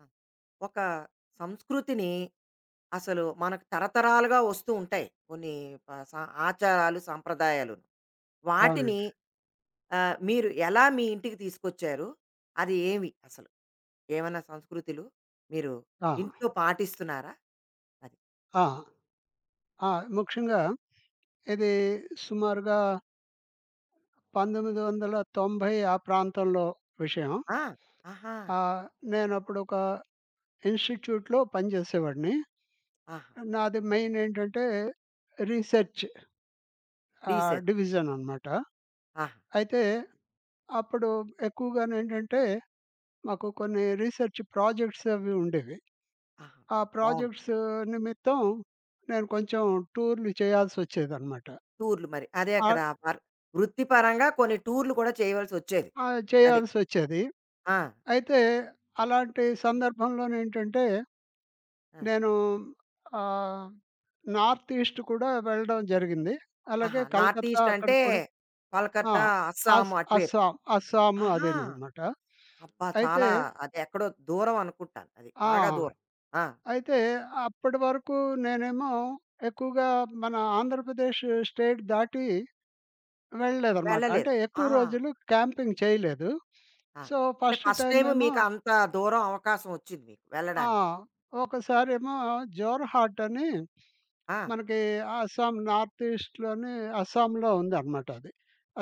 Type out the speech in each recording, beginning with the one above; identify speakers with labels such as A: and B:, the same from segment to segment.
A: ఆ, ఒక సంస్కృతిని అసలు మనకు తరతరాలుగా వస్తూ ఉంటాయి కొన్ని ఆచారాలు, సాంప్రదాయాలు వాటిని
B: అవునండి.
A: ఆ, మీరు ఎలా మీ ఇంటికి తీసుకొచ్చారు? అది ఏమి అసలు ఏమైనా సంస్కృతులు మీరు
B: ఆ!
A: ఇంట్లో పాటిస్తున్నారా? అది
B: ఆ! ఆ! ముఖ్యంగా ఇది సుమారుగా 1990 ఆ ప్రాంతంలో విషయం.
A: ఆ, ఆహా.
B: ఆహ్, నేనప్పుడొక ఇన్‌స్టిట్యూట్‌లో పనిచేసేవాడిని.
A: ఆహా.
B: నాది మెయిన్ ఏంటంటే రీసెర్చ్
A: రీసెర్చ్.
B: డివిజన్ అనమాట.
A: ఆహా.
B: అయితే అప్పుడు ఎక్కువగానేంటంటే మాకు కొన్ని రీసెర్చ్ ప్రాజెక్ట్స్ అవి ఉండేవి.
A: ఆహా.
B: ఆ
A: బాగుంది.
B: ప్రాజెక్ట్స్ నిమిత్తం నేను కొంచెం టూర్‌లు చేయాల్సొచ్చేదనమాట.
A: టూర్లు, మరి అదే అక్కడ
B: ఆహ్,
A: వర్- వృత్తిపరంగా కొన్ని టూర్లు కూడా చేయవలసి వచ్చేది.
B: ఆ!
A: అది
B: చేయాల్సొచ్చేది.
A: ఆ,
B: అయితే అలాంటి సందర్భంలోనేంటంటే,
A: ఆ.
B: నేను ఆహ్, నార్త్ ఈస్ట్ కూడా వెళ్ళడం జరిగింది.
A: ఆహా!
B: అలాగే
A: నార్త్
B: కలకత్తా
A: ఈస్ట్
B: అక్కడ
A: అంటే
B: కూడా. ఆ!
A: కలకత్తా, అస్సాం
B: అస్
A: అటువైపు.
B: అస్సాం, అస్సాం
A: ఆహా!
B: అదేననమాట.
A: అబ్బా!
B: అయితే
A: చాలా, అది ఎక్కడో దూరం అనుకుంటాను. అది
B: ఆ!
A: బాగా దూరం. ఆ!
B: అయితే అప్పటి వరకు నేనేమో ఎక్కువగా మన ఆంధ్రప్రదేశ్ స్టేట్ దాటి వెళ్ళలేదనమాట.
A: వెళ్ళలేదు.
B: అంటే ఎక్కువ
A: ఆ!
B: రోజులు క్యాంపింగ్ చేయలేదు.
A: ఆ!
B: సో,
A: అంటే
B: ఫస్ట్
A: ఫస్ట్ టైమ్
B: టైమేమో
A: మీకు అంత దూరం అవకాశం వచ్చింది మీకు
B: ఆ!
A: వెళ్ళడానికి.
B: ఒకసారేమో జోర్హాట్ అని
A: ఆ!
B: మనకి అస్సాం నార్త్ ఈస్ట్‌లోని అస్సాంలో ఉందనమాట అది.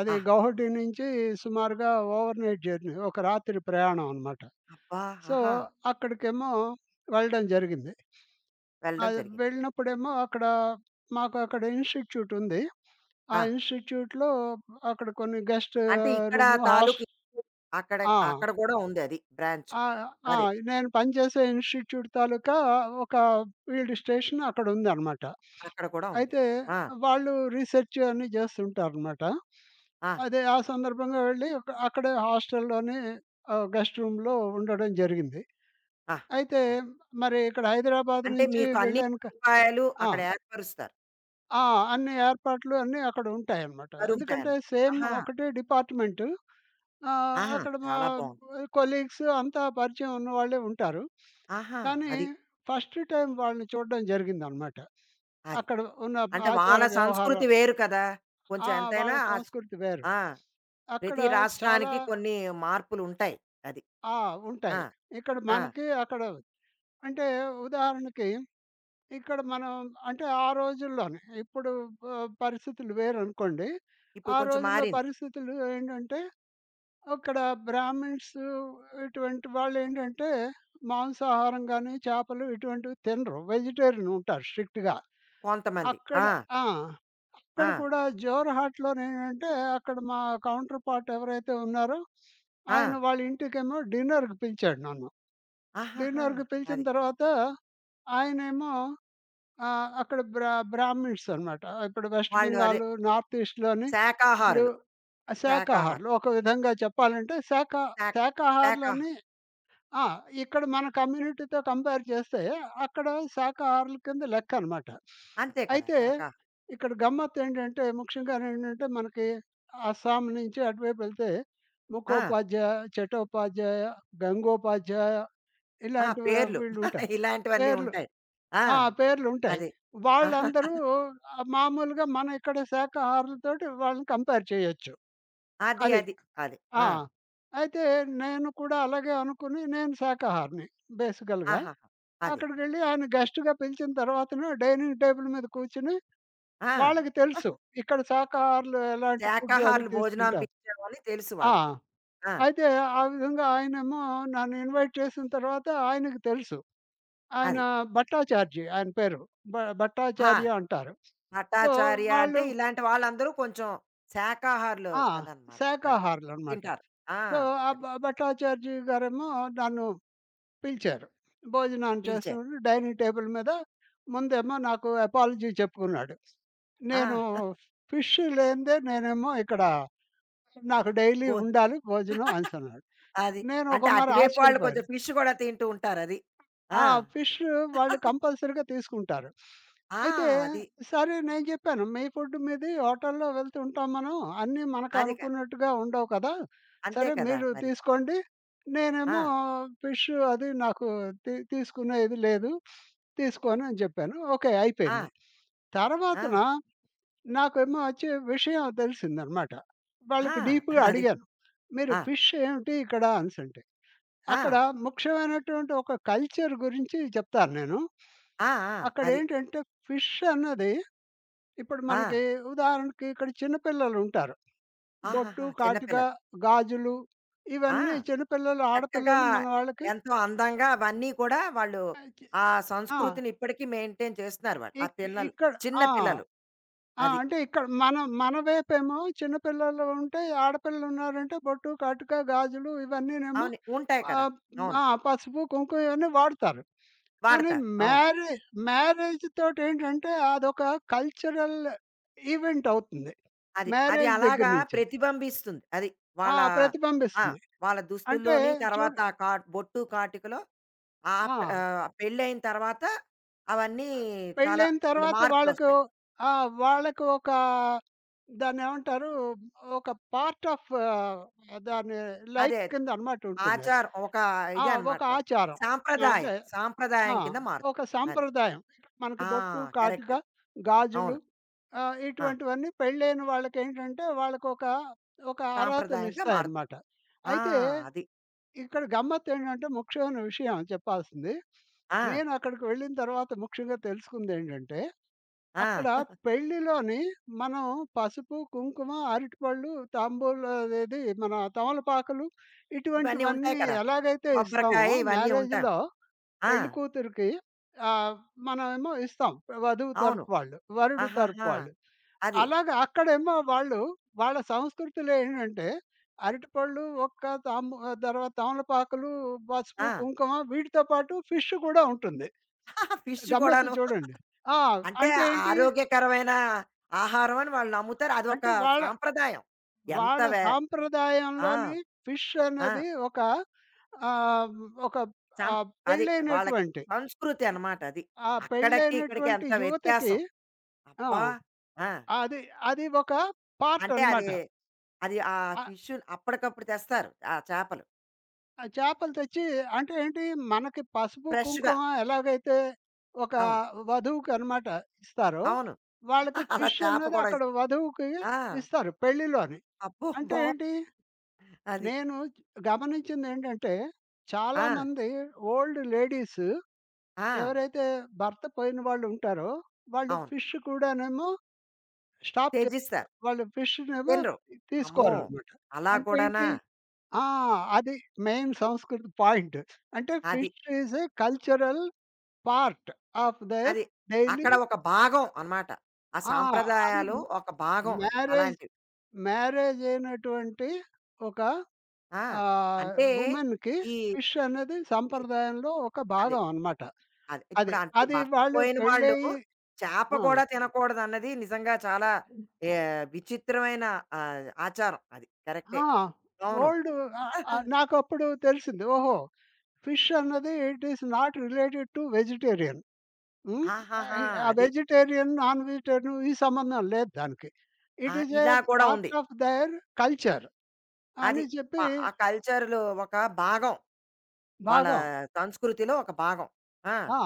B: అది
A: ఆహా!
B: గౌహటి నుంచి సుమారుగా ఓవర్‌నైట్ జర్నీ. ఒక రాత్రి ప్రయాణం అనమాట.
A: అబ్బా!
B: సో,
A: ఆహా!
B: అక్కడికేమో వెళ్ళడం జరిగింది.
A: వెళ్ళడం
B: అది
A: జరిగింది.
B: వెళ్ళినప్పుడేమో అక్కడ మాకు అక్కడ ఇన్‌స్టిట్యూట్ ఉంది. ఆ
A: ఆ!
B: ఇన్‌స్టిట్యూట్‌లో అక్కడ కొన్ని గెస్ట్
A: అంటే ఇక్కడ
B: రూము హాస్ట్.
A: తాలూకు అక్కడ,
B: ఆ!
A: అక్కడ కూడా ఉంది అది బ్రాంచ్.
B: ఆ! ఆ!
A: అది.
B: నేను పనిచేసే ఇన్‌స్టిట్యూట్ తాలూకా ఒక ఫీల్డ్ స్టేషన్ అక్కడుందనమాట.
A: అక్కడ కూడా ఉంది.
B: అయితే
A: ఆ!
B: వాళ్ళు రీసెర్చ్ అన్నీ జేస్తుంటారనమాట.
A: ఆ!
B: అదే ఆ సందర్భంగా వెళ్ళి అక్కడే హాస్టల్‌లోనే గెస్ట్ రూమ్‌లో ఉండడం జరిగింది.
A: ఆ!
B: అయితే
A: అది.
B: మరి ఇక్కడ హైదరాబాద్
A: అంటే
B: నుంచి
A: మీకు అన్ని
B: వెళ్ళాను క.
A: సదుపాయాలు
B: ఆ!
A: అక్కడ ఏర్పరుస్తారు,
B: ఆ! అన్ని ఏర్పాట్లు అన్నీ అక్కడుంటాయనమాట. ఎందుకంటే
A: జరుగుతాయన్నమాట.
B: సేమ్
A: ఆహా!
B: ఒకటే డిపార్ట్‌మెంటు.
A: ఆహా!
B: అక్కడ మా
A: చాలా బావుంది.
B: కొలీగ్స్ అంతా పరిచయం ఉన్నవాళ్ళే ఉంటారు.
A: ఆహా!
B: కానీ
A: అది.
B: ఫస్ట్ టైమ్ వాళ్ళని చూడడం జరిగిందనమాట.
A: అది.
B: అక్కడ ఉన్న
A: అంటే
B: ఆచార
A: వాళ్ళ సంస్కృతి
B: వ్యవహారం
A: వేరు కదా! కొంచెం
B: ఆ! వాళ్ళ
A: ఎంతైనా ఆస్.
B: సంస్కృతి వేరు.
A: ఆ!
B: అక్కడ
A: ప్రతి
B: చాలా
A: రాష్ట్రానికి కొన్ని మార్పులుంటాయి. అది.
B: ఆ!
A: ఆ!
B: ఉంటాయి. ఇక్కడ
A: ఆ!
B: మనకి అక్కడ అంటే ఉదాహరణకి ఇక్కడ మనం అంటే ఆ రోజుల్లోనే ఇప్పుడు ప పరిస్థితులు వేరనుకోండి.
A: ఇప్పుడు
B: ఆ
A: కొంచెం
B: రోజుల్లో
A: మారింది.
B: పరిస్థితులు ఏంటంటే అక్కడ బ్రాహ్మిన్స్ ఇటువంటి వాళ్ళేంటంటే మాంసాహారం గాని, చేపలు ఇటువంటివి తినరు. వెజిటేరియన్ ఉంటారు స్ట్రిక్ట్‌గా.
A: కొంతమంది.
B: అక్కడ
A: ఆ!
B: ఆ!
A: ఆ!
B: ఇక్కడ కూడా జోర్‌హాట్‌లోనేంటంటే, అక్కడ మా కౌంటర్ పార్ట్ ఎవరైతే ఉన్నారో, ఆయన
A: ఆ!
B: వాళ్ళ ఇంటికేమో డిన్నర్‌కి పిలిచాడు నన్ను.
A: ఆహాహా!
B: డిన్నర్‌కి పిలిచిన
A: అది.
B: తర్వాత ఆయనేమో అక్కడ బ్రాహ్మిన్స్ అనమాట. ఇప్పుడు వెస్ట్
A: వాళ్ళు అదే
B: బెంగాల్, నార్త్ ఈస్ట్‌లోని ఇప్పుడు
A: శాకాహారులు. శాకాహారం.
B: శాఖాహారులు. ఒక విధంగా చెప్పాలంటే
A: శాక శాకాహారం.
B: శాఖాహారులని. ఆ! ఇక్కడ మన కమ్యూనిటీతో కంపేర్ చేస్తే అక్కడ శాఖాహారుల కింద లెక్కనమాట.
A: అంతే కదా!
B: అయితే
A: శాకాహారం.
B: ఇక్కడ గమ్మత్తేంటంటే ముఖ్యంగానేంటంటే మనకి అస్సాం నుంచి అటువైపు ఎళ్తే
A: ఆ!
B: ముఖోపాధ్యాయ, చటోపాధ్యాయ, గంగోపాధ్యాయ
A: ఆ!
B: ఇలాంటి
A: పేర్లు.
B: వీళ్ళుంటారు.
A: ఇలాంటివన్నీ
B: పేర్లు.
A: ఉంటాయి. ఆ!
B: ఆ! పేర్లుంటాయి.
A: అది. ఆహా!
B: వాళ్ళందరూ మామూలుగా మన ఇక్కడ శాఖాహారులతోటి వాళ్ళని కంపేర్ చేయొచ్చు.
A: అది.
B: అది.
A: అది. అది.
B: ఆ!
A: ఆ!
B: అయితే నేను కూడా అలాగే అనుకుని నేను శాఖాహారిని బేసికల్‌గా.
A: ఆహాహా! అది.
B: అక్కడికెళ్ళి ఆయన గెస్ట్‌గా పిలిచిన తర్వాతను డైనింగ్ టేబుల్ మీద కూర్చొని
A: ఆ!
B: వాళ్ళకి తెలుసు. ఇక్కడ శాకాహారులు ఎలాంటి ఫుడ్ అది
A: శాకాహారులు
B: తీసుకుంటారు.
A: భోజనాంపించామని తెలుసు
B: ఆ!
A: వాళ్ళకి. ఆ!
B: అయితే ఆ విధంగా ఆయనేమో నన్ను ఇన్వైట్ చేసిన తర్వాత ఆయనకి తెలుసు. ఆయన
A: అది.
B: భట్టాచార్య ఆయన పేరు. భ భట్టాచార్య
A: ఆ!
B: అంటారు. సో,
A: భట్టాచార్య అంటే
B: వాళ్ళు
A: ఇలాంటి వాళ్ళందరూ కొంచెం శాకాహారులు
B: ఆ!
A: అదనమాట వాళ్ళు.
B: శాకాహారులనమాట.
A: తింటారు. ఆ!
B: సో, ఆ
A: అది.
B: భట్టాచార్య గారేమో నన్ను పిలిచారు. భోజనాన్ని
A: పిలిచారు.
B: చేస్తున్నాడు. డైనింగ్ టేబుల్ మీద ముందేమో నాకు అపాలజీ చెప్పుకున్నాడు.
A: ఆ!
B: నేను ఫిష్ లేనిదే నేనేమో ఇక్కడ నాకు డైలీ
A: భో.
B: ఉండాలి భోజనం అనేసన్నాడు.
A: అది.
B: నేను
A: అంటే
B: ఒక మారి
A: అటువైపు వాళ్ళు కొంచెం
B: ఆశ్చర్యపోయాను.
A: ఫిష్ గూడా తింటూ ఉంటారది. ఆ!
B: ఆ! ఫిష్ వాళ్ళు కంపల్సరీగా తీసుకుంటారు.
A: ఆ!
B: అయితే
A: అది.
B: సరే నేను చెప్పాను, "మీ ఫుడ్ మీది హోటల్‌లో వెళ్తుంటాం మనం. అన్నీ మనకు
A: అది కా,
B: అనుకున్నట్టుగా ఉండవు కదా!
A: అంతే
B: సరే
A: కదా!
B: మీరు
A: మరి.
B: తీసుకోండి.
A: ఆ!
B: నేనేమో ఫిష్ అది నాకు తీసుకునేది లేదు. తీసుకోను" అని చెప్పాను. ఓకే.
A: ఆ!
B: అయిపోయింది.
A: ఆ!
B: తర్వాతన నాకేమో వచ్చి విషయం తెలిసిందనమాట.
A: ఆ!
B: వాళ్ళకి డీప్‌గా
A: అది.
B: అడిగాను. "మీరు
A: ఆ!
B: ఫిష్ ఏమిటి ఇక్కడ?" అనేసంటే
A: ఆ!
B: అక్కడ ముఖ్యమైనటువంటి ఒక కల్చర్ గురించి చెప్తాను నేను.
A: ఆ! ఆ! అది.
B: అక్కడేంటంటే ఫిష్ అన్నది ఇప్పుడు
A: ఆ!
B: మనకి ఉదాహరణకి ఇక్కడ చిన్నపిల్లలుంటారు. బొట్టు,
A: ఆహాహా! చిన్న
B: కాటిక,
A: పిల్లలు.
B: గాజులు
A: ఆ!
B: ఇవన్నీ చిన్నపిల్లలు,
A: చక్కగా
B: ఆడపిల్లలు మన వాళ్ళకి.
A: ఎంతో అందంగా అవన్నీ కూడా వాళ్ళు ఆ
B: ఆ!
A: సంస్కృతిని ఇప్పటికీ మెయింటైన్ చేస్తున్నారు వాళ్ళు. ఆ
B: ఇక్
A: పిల్లలు,
B: ఇక్కడ
A: చిన్న
B: ఆ!
A: పిల్లలు.
B: ఆ!
A: అది.
B: అంటే ఇక్కడ మన మన వైపేమో చిన్న పిల్లలు ఉంటే ఆడపిల్లలున్నారంటే బొట్టు, కాటుక, గాజులు ఇవన్నీనేమో
A: అవును. ఉంటాయి కదా!
B: ఆహ్,
A: అవును.
B: ఆ! పసుపు, కుంకుమ ఇవన్నీ వాడతారు. కానీ
A: వాడతారు. అవును.
B: మ్యారే మ్యారేజ్ తోటేంటంటే అదొక కల్చరల్ ఈవెంట్ అవుతుంది.
A: అది. అది
B: మ్యారేజ్ దగ్గర
A: అలాగా
B: నుంచి.
A: ప్రతిబింబిస్తుంది. అది.
B: ఆ!
A: వాళ్ళ ఆ!
B: ప్రతిబింబిస్తుంది.
A: వాళ్ళ
B: అంటే
A: దుస్తుల్లోని
B: చూడు.
A: తర్వాత ఆ కా బొట్టు, కాటికలో
B: ఆ!
A: ఆఫ్ట పెళ్ళయిన తర్వాత అవన్నీ చాలా
B: పెళ్ళైన
A: కొన్ని
B: తర్వాత వాళ్ళకు
A: మార్పులొస్తాయి.
B: ఆ! వాళ్ళకు ఒక దాన్నేమంటారు? ఒక పార్ట్ ఆఫ్ ఆహ్, దాని
A: అదే.
B: లైఫ్
A: అదే.
B: కింద అనమాట ఉంటుందది.
A: ఆచారం ఒక
B: ఆ!
A: ఇది
B: ఒక
A: అన్నమాట.
B: ఆచారం. ఆ,
A: సాంప్రదాయం.
B: అంటే ఆ!
A: సాంప్రదాయం కింద
B: ఒక
A: మారుతుంది. అది.
B: సాంప్రదాయం. మనకి
A: ఆ!
B: బొట్టు, కాటుక,
A: కరెక్ట్.
B: గాజులు
A: అవును. ఆ!
B: ఇటువంటివన్నీ పెళ్ళైన వాళ్ళకేంటంటే వాళ్ళకొక ఒక
A: సాంప్రదాయంగా మారుతుంది.
B: అర్హతనిస్తాయన్నమాట.
A: ఆ!
B: అయితే
A: అది.
B: ఇక్కడ గమ్మత్తేంటంటే ముఖ్యమైన విషయం చెప్పాల్సింది.
A: ఆ!
B: నేనక్కడికి వెళ్ళిన తర్వాత ముఖ్యంగా తెలుసుకుందేంటంటే
A: ఆ!
B: అక్కడ పెళ్ళిలోని మనం పసుపు, కుంకుమ, అరటిపళ్ళు, తాంబూలం అదేది మన తమలపాకులు
A: ఇవన్నీ ఉంటాయి
B: ఇటువంటివన్నీ
A: కదా!
B: ఎలాగైతే ఇస్తామో
A: కొబ్బరికాయ ఇవన్నీ ఉంటాం.
B: మ్యారేజ్‌లో
A: ఆ!
B: పెళ్లి కూతురికి ఆహ్, మనమేమో ఇస్తాం. వధువు
A: అవును.
B: తరపు వాళ్ళు, వరుడు తరపు
A: ఆహాహా!
B: వాళ్ళు.
A: అది.
B: అలాగా అక్కడేమో వాళ్ళు వాళ్ళ సంస్కృతిలో ఏంటంటే అరటిపళ్ళు, ఒక్క తాంబూ తర్వాత తమలపాకులు, పసుపు,
A: ఆ!
B: కుంకుమ వీటితో పాటు ఫిష్ కూడా ఉంటుంది.
A: ఫిష్
B: గమ్మత్తు
A: కూడాను.
B: చూడండి. ఆ!
A: అంటే
B: అంటే ఏంటి?
A: ఆరోగ్యకరమైన ఆహారం అని వాళ్ళు నమ్ముతారు. అదొక
B: అంటే వాళ్ళ
A: సాంప్రదాయం. ఎంత
B: వాళ్ళ
A: వే. ఆ!
B: సాంప్రదాయంలోని ఫిష్
A: ఆ!
B: అనేది ఒక ఆహ్, ఒక
A: సం అది వాళ్ళకి
B: పెళ్ళైనటువంటి
A: సంస్కృతి అన్నమాట అది.
B: ఆ
A: అక్కడికి, ఇక్కడికి
B: పెళ్ళైనటువంటి
A: ఎంత
B: యువతకి
A: వ్యత్యాసం.
B: ఆ!
A: అబ్బా! ఆ!
B: అది అది ఒక పార్ట్
A: అంటే అది,
B: అనమాట.
A: అది ఆ
B: ఆహ్,
A: ఫిష్ అప్పటికప్పుడు తెస్తారు ఆ చేపలు.
B: ఆ చేపలు తెచ్చి అంటే ఏంటి మనకి పసుపు,
A: ఫ్రెష్‌గా.
B: కుంకుమ ఎలాగైతే ఒక
A: అవును.
B: వధువుకనమాట ఇస్తారో,
A: అవును.
B: వాళ్ళకి
A: అలా
B: ఫిష్
A: చేప
B: అనేది
A: కూడా
B: అక్కడ
A: ఇస్.
B: వధువుకి
A: ఆ!
B: ఇస్తారు పెళ్ళిలోని.
A: అబ్బో!
B: అంటే
A: బావుంది.
B: ఏంటి?
A: అది.
B: నేను గమనించిందేంటంటే,
A: ఆ!
B: చాలామంది ఓల్డ్ లేడీస్
A: ఆ!
B: ఎవరైతే భర్త పోయిన వాళ్ళు ఉంటారో, వాళ్ళు
A: అవును.
B: ఫిష్ కూడానేమో స్టాప్ చేస్తారు.
A: తెచ్చిస్తారు.
B: వాళ్ళు ఫిష్‌నేమో
A: తినరు. అమ్మో!
B: తీసుకోరనమాట.
A: అలా
B: అంటే
A: కూడానా?
B: ఏంటి. ఆ! అది మెయిన్ సంస్కృతి పాయింట్. అంటే
A: అది.
B: Fish is a cultural part of there
A: అది.
B: డైలీ.
A: అక్కడ ఒక భాగం అన్నమాట. ఆ
B: ఆ! అది
A: సాంప్రదాయాలు ఒక భాగం అది
B: మ్యారేజ్
A: అలాంటివి.
B: మ్యారేజ్ అయినటువంటి ఒక
A: ఆ!
B: ఆహ్,
A: అంటే
B: వుమెన్‌కి
A: ఈ
B: ఫిష్ అనేది సంప్రదాయంలో ఒక
A: అదే.
B: భాగం అనమాట.
A: అదే.
B: అది.
A: ఇప్పుడు అంటే
B: అది
A: భర్త
B: వాళ్ళు
A: పోయిన వాళ్ళు
B: పెళ్ళయ్యి
A: చేప
B: ఆ!
A: గూడా తినకూడదన్నది నిజంగా చాలా విచిత్రమైన ఆచారం అది. కరెక్టే.
B: ఆ!
A: అవును.
B: ఓల్డ్ ఆహ్, నాకప్పుడు తెలిసింది. ఓహో! ఫిష్ అన్నది it is not related to vegetarian. హ్మ్.
A: ఆహాహా!
B: ఆ
A: అది.
B: వెజిటేరియన్, నాన్ వెజిటేరియన్ ఈ సంబంధం లేదు దానికి.
A: ఆ!
B: ఇట్ ఈస్ ఏ
A: ఇలా కూడా ఉంది.
B: పార్ట్ ఆఫ్ దేర్ కల్చర్
A: అది.
B: అని చెప్పి
A: ఆ ఆ కల్చర్‌లో ఒక భాగం. వాళ్ళ
B: భాగం.
A: సంస్కృతిలో ఒక భాగం. ఆ!
B: ఆ!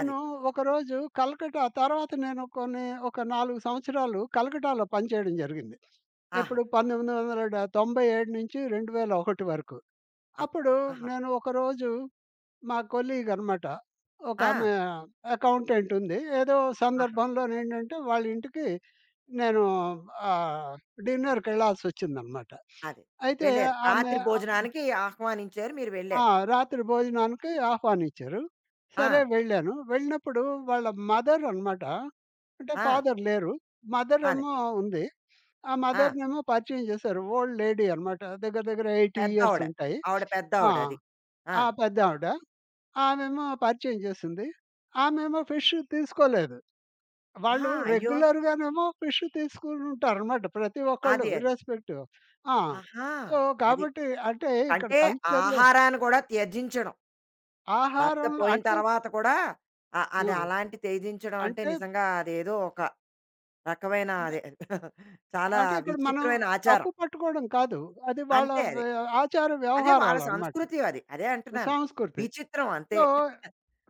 A: అది.
B: ఒకరోజు కలకట్టా తర్వాత నేను కొన్ని ఒక 4 సంవత్సరాలు కలకట్టాలో పనిచేయడం జరిగింది.
A: ఆహా!
B: ఎప్పుడు 1997 నుంచి 2001 వరకు.
A: అబ్బా!
B: అప్పుడు
A: ఆహా!
B: నేను ఒకరోజు మా కొలీగ్ అనమాట.
A: ఆ!
B: ఒకామె అకౌంటెంట్ ఉంది. ఏదో
A: ఆహా!
B: సందర్భంలోనేంటంటే వాళ్ళ ఇంటికి నేను ఆహ్, డిన్నర్‌కెళ్ళాల్సొచ్చిందనమాట.
A: అదే.
B: అయితే
A: వెళ్లారు.
B: ఆమె
A: రాత్రి
B: ఆహ్
A: భోజనానికి ఆహ్వానించారు. మీరు
B: ఆ!
A: వెళ్లారు.
B: రాత్రి భోజనానికి ఆహ్వానించారు. సరే
A: ఆ!
B: వెళ్ళాను. వెళ్ళినప్పుడు వాళ్ళ మదర్ అనమాట. అంటే
A: ఆ!
B: ఫాదర్ లేరు. మదర్
A: అదే.
B: ఏమో ఉంది. ఆ
A: ఆ!
B: మదర్‌నేమో పరిచయం చేశారు. ఓల్డ్ లేడీ అనమాట. దగ్గర దగ్గర 80 ఇయర్స్
A: పెద్దావిడ.
B: ఉంటాయి.
A: ఆవిడ
B: ఆ!
A: పెద్దావిడ అది. ఆ!
B: ఆ పెద్దావిడ. ఆమేమో పరిచయం చేసింది. ఆమేమో ఫిష్ తీసుకోలేదు.
A: ఆ!
B: వాళ్ళు
A: అయ్యో!
B: రెగ్యులర్‌గానేమో ఫిష్ తీసుకుంటారనమాట ప్రతి ఒక్కళ్ళు
A: అది అది.
B: ఇర్రెస్పెక్టివ్. ఆ!
A: ఆహా!
B: సో,
A: అది.
B: కాబట్టి అంటే ఇక్కడ
A: అంటే
B: కల్చర్‌లో
A: ఆహారాన్ని కూడా త్యజించడం. భర్త
B: ఆహారంలో
A: పోయిన
B: అంటే
A: తర్వాత కూడా అ
B: ఆ!
A: అది అలాంటి త్యజించడం అంటే
B: అంటే
A: నిజంగా అదేదో ఒక రకమైన
B: అంటే
A: అదే చాలా
B: అంటే ఇక్కడ మనం
A: విచిత్రమైన ఆచారం.
B: తప్పు పట్టుకోవడం కాదు. అది వాళ్ళ
A: అంతే అది.
B: వే ఆచార
A: అదే వాళ్ళ
B: వ్యవహారాలనమాట.
A: సంస్కృతి అది. అదే అంటున్నాను.
B: సంస్కృతి.
A: విచిత్రం అంతే.
B: సో,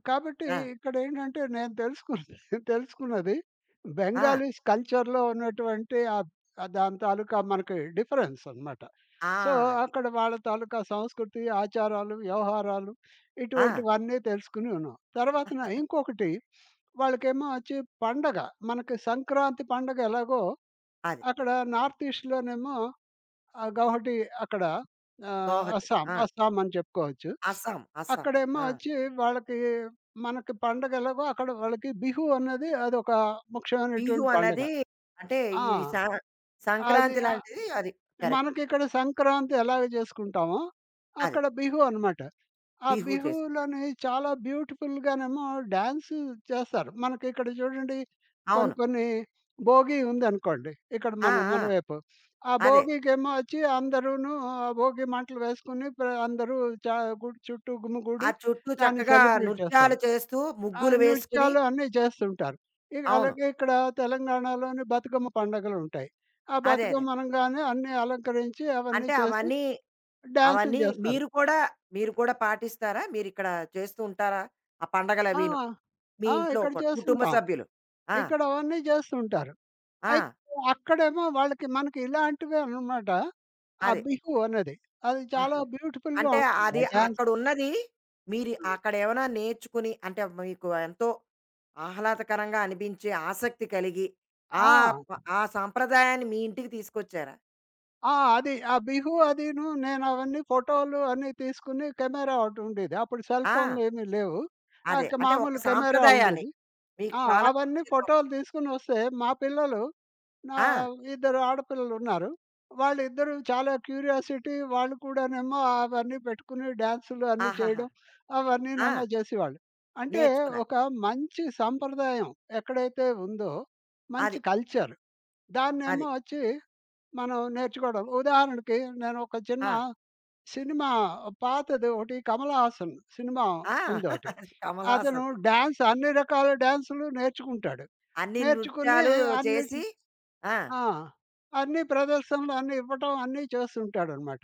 B: కాబట్టి
A: ఆ!
B: ఇక్కడేంటంటే నేను తెలుసుకున్నది తెలుసుకున్నది
A: ఆ!
B: బెంగాలీస్ కల్చర్‌లో ఉన్నటువంటి దాని తాలూకా మనకి డిఫరెన్స్ అనమాట.
A: ఆ!
B: సో,
A: అది.
B: అక్కడ వాళ్ళ తాలూకా సంస్కృతి, ఆచారాలు, వ్యవహారాలు
A: ఆ!
B: ఇటువంటివన్నీ తెలుసుకుని ఉన్నాం. తర్వాతన ఇంకొకటి వాళ్ళకేమో వచ్చి పండగ. మనకి సంక్రాంతి పండగ ఎలాగో
A: అది.
B: అక్కడ నార్త్ ఈస్ట్‌లోనేమో గౌహటి అక్కడ
A: గోహతి.
B: అస్సాం,
A: ఆ!
B: అస్సాం అని చెప్పుకోవచ్చు.
A: అస్సాం. అస్సాం.
B: అక్కడేమో
A: ఆ!
B: వచ్చి వాళ్ళకి మనకి పండగ ఎలాగో అక్కడ వాళ్ళకి బిహు అన్నది అదొక
A: బిహు
B: ముఖ్యమైనటువంటి పండగ.
A: అన్నది, అంటే
B: ఆ!
A: ఈ స
B: అది
A: సంక్రాంతి లాంటిది అది. కరెక్ట్.
B: మనకిక్కడ సంక్రాంతి ఎలాగ చేసుకుంటామో
A: అది.
B: అక్కడ బిహు అనమాట. ఆ
A: బిహు చేసుకుంటారు.
B: బిహూలోని చాలా బ్యూటిఫుల్‌గానేమో డాన్స్ చేస్తారు. మనకిక్కడ చూడండి కొన్ని
A: అవును.
B: కొన్ని భోగి ఉందనుకోండి. ఇక్కడ
A: ఆ!
B: మన మన
A: ఆ!
B: వైపు. ఆ
A: అదే.
B: భోగికేమో వచ్చి అందరూను ఆ భోగి మంటలు వేసుకొని అందరూ చా గుడి చుట్టూ
A: ఆ
B: గుమిగూడి
A: చుట్టూ
B: దాన్ని
A: చక్కగా
B: సెలబ్రేట్
A: నృత్యాలు
B: చేస్తారు.
A: చేస్తూ
B: ఆ
A: ముగ్గులు వేసుకుని
B: నృత్యాలు అన్నీ చేస్తుంటారు. ఇక
A: అవును.
B: అలాగే ఇక్కడ తెలంగాణలోని బతుకమ్మ పండగలుంటాయి. ఆ
A: అదే. అదే.
B: బతుకమ్మ అనంగానే అన్నీ అలంకరించి అవన్నీ
A: అంటే
B: చేసి
A: అవన్నీ,
B: డాన్సులు
A: అవన్నీ
B: చేస్తారు.
A: మీరు కూడా, మీరు కూడా పాటిస్తారా? మీరిక్కడ చేస్తూ ఉంటారా? ఆ
B: ఆ!
A: పండగలవీను. మీ
B: ఆ!
A: ఇంట్లో
B: ఇక్కడ
A: కూడా కుటుంబ
B: చేస్తుంటాం.
A: సభ్యులు. ఆ!
B: ఇక్కడ అవన్నీ చేస్తుంటారు.
A: ఆ!
B: అయితే అక్కడేమో వాళ్ళకి మనకి ఇలాంటివే అనమాట. ఆ
A: అదే.
B: బిహు అనేది. అది చాలా
A: ఆహా!
B: బ్యూటిఫుల్‌గా
A: అంటే
B: ఉంటుంది.
A: అది
B: ఆ డాన్స్.
A: అక్కడున్నది మీరు అక్కడేమైనా నేర్చుకుని అంటే మీకు ఎంతో ఆహ్లాదకరంగా అనిపించే ఆసక్తి కలిగి, ఆ
B: ఆ!
A: ప ఆ సాంప్రదాయాన్ని మీ ఇంటికి తీసుకొచ్చారా?
B: ఆ! అది ఆ బిహు అదీను నేను అవన్నీ ఫోటోలు అన్నీ తీసుకుని కెమెరా ఒకటి ఉండేది. అప్పుడు సెల్ ఫోన్‌లు
A: ఆ!
B: ఏమీ లేవు.
A: అదే.
B: ఆక
A: అంటే ఒక
B: మామూలు కెమెరా
A: సాంప్రదాయాన్ని
B: ఉండేది.
A: మీకు
B: ఆ!
A: చాలా
B: అవన్నీ
A: నచ్చిన ఒక
B: ఫోటోలు తీసుకొని వస్తే మా పిల్లలు నా
A: ఆ!
B: ఇద్దరు ఆడపిల్లలు ఉన్నారు. వాళ్ళిద్దరూ చాలా క్యూరియాసిటీ వాళ్ళు కూడానేమో అవన్నీ పెట్టుకుని డాన్సులు అన్నీ
A: ఆహాహా!
B: చేయడం, అవన్నీనేమో
A: ఆ!
B: చేసేవాళ్ళు. అంటే
A: నేర్చుకున్నారు.
B: ఒక మంచి సంప్రదాయం ఎక్కడైతే ఉందో, మంచి
A: అది.
B: కల్చర్
A: అది.
B: దాన్నేమో వచ్చి మనం నేర్చుకోవడం. ఉదాహరణకి నేను ఒక చిన్న
A: ఆ!
B: సినిమా పాతది ఒకటి 'కమల్ హాసన్' సినిమా
A: ఆ!
B: ఉందొకటి.
A: అది
B: అతను
A: కమలాసన్‌ది.
B: డాన్స్ అన్ని రకాల డాన్సులు నేర్చుకుంటాడు.
A: అన్ని
B: నేర్చుకుని
A: నృత్యాలు
B: అన్నిట్
A: చేసి. ఆ!
B: ఆ! అన్ని ప్రదర్శనలు అన్నీ ఇవ్వటం అన్నీ చేస్తుంటాడనమాట.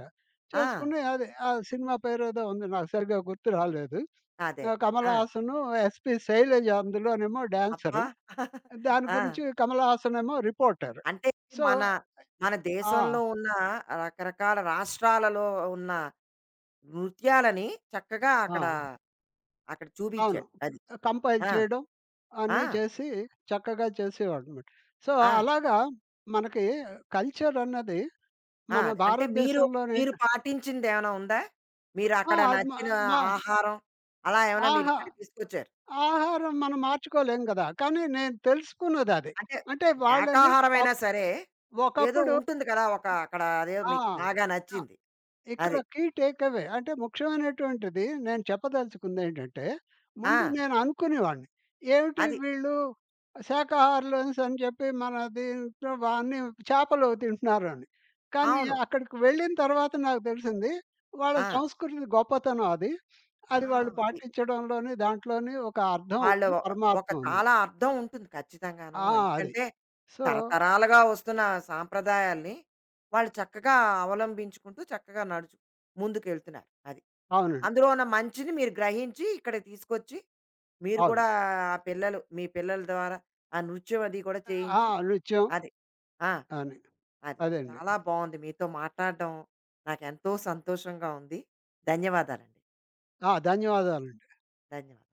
A: ఆ!
B: చేసుకుని అది ఆ సినిమా పేరేదో ఉంది నాకు సరిగ్గా గుర్తు రాలేదు.
A: అదే. అదే
B: 'కమల్
A: ఆ!
B: హాసను, ఎస్‌పి శైలజ' అందులోనేమో
A: అబ్బా!
B: డాన్సరు. దాని
A: ఆ!
B: గురించి కమల్ హాసన్ ఏమో రిపోర్టర్.
A: అంటే
B: సో
A: మన, మన దేశంలో
B: ఆ!
A: ఉన్న రకరకాల రాష్ట్రాలలో ఉన్న నృత్యాలని చక్కగా
B: ఆ!
A: అక్కడ, అక్కడ
B: అవును.
A: చూపించాడు. అది.
B: కంపైల్
A: ఆ!
B: చేయడం
A: ఆ!
B: అన్నీ చేసి చక్కగా చేసేవాడనమాట. సో,
A: ఆ!
B: అలాగా మనకి కల్చరన్నది
A: ఆ!
B: మన
A: అది. అంటే మీరు, మీరు
B: భారతదేశంలోనేంటి.
A: పాటించిందేమైనా ఉందా? మీరు
B: ఆ!
A: అక్కడ
B: అది మా
A: నచ్చిన
B: మా
A: ఆహారం అలా ఏమైనా మీరు
B: ఆహా!
A: ఇక్కడికి తీసుకొచ్చారు?
B: ఆహారం మనం మార్చుకోలేం గదా! కానీ నేను తెలుసుకున్నదది.
A: అంటే
B: అంటే వాళ్ళని
A: శాకాహారమైనా
B: తప్
A: సరే, ఏదో
B: ఒకప్పుడు
A: ఉంటుంది కదా! ఒక అక్కడ అదేదో
B: ఆ!
A: మీకు బాగా
B: ఆ!
A: నచ్చింది.
B: ఇక్కడ
A: అది.
B: కీ టేక్ అవే అంటే ముఖ్యమైనటువంటిది నేను చెప్పదలుచుకుందేంటంటే,
A: ఆ!
B: ముందు నేను అనుకునేవాడిని. ఏమిటి
A: అది.
B: వీళ్ళు శాకాహారులనేసి అని చెప్పి మన దీంట్లో అన్ని చేపలు తింటున్నారు అని. కానీ
A: అవును.
B: అక్కడికి వెళ్ళిన తర్వాత నాకు తెలిసింది. వాళ్ళ
A: ఆ!
B: సంస్కృతి గొప్పతనం అది. అది
A: ఆ!
B: వాళ్ళు
A: అది.
B: పాటించడంలోని దాంట్లోని ఒక అర్థం
A: వాళ్ళు
B: ఉంది.
A: ఒక
B: పరమార్థం ఉంది.
A: చాలా అర్థం ఉంటుంది ఖచ్చితంగాను.
B: ఆ! అది.
A: ఎందుకంటే
B: సో
A: తరతరాలుగా వస్తున్న సాంప్రదాయాల్ని వాళ్ళు చక్కగా అవలంబించుకుంటూ చక్కగా నడుచు ముందుకెళ్తున్నారు. అది.
B: అవునండి.
A: అందులో ఉన్న మంచిని మీరు గ్రహించి ఇక్కడికి తీసుకొచ్చి మీరు
B: అవును.
A: కూడా ఆ పిల్లలు, మీ పిల్లల ద్వారా ఆ నృత్యం అది కూడా
B: ఆ!
A: చేయించి
B: నృత్యం
A: అది. ఆ!
B: అని.
A: అది.
B: అదండి.
A: చాలా బావుంది మీతో మాట్లాడడం. నాకెంతో సంతోషంగా ఉంది. ధన్యవాదాలండి.
B: ఆ! ధన్యవాదాలండి.
A: ధన్యవాదాలు.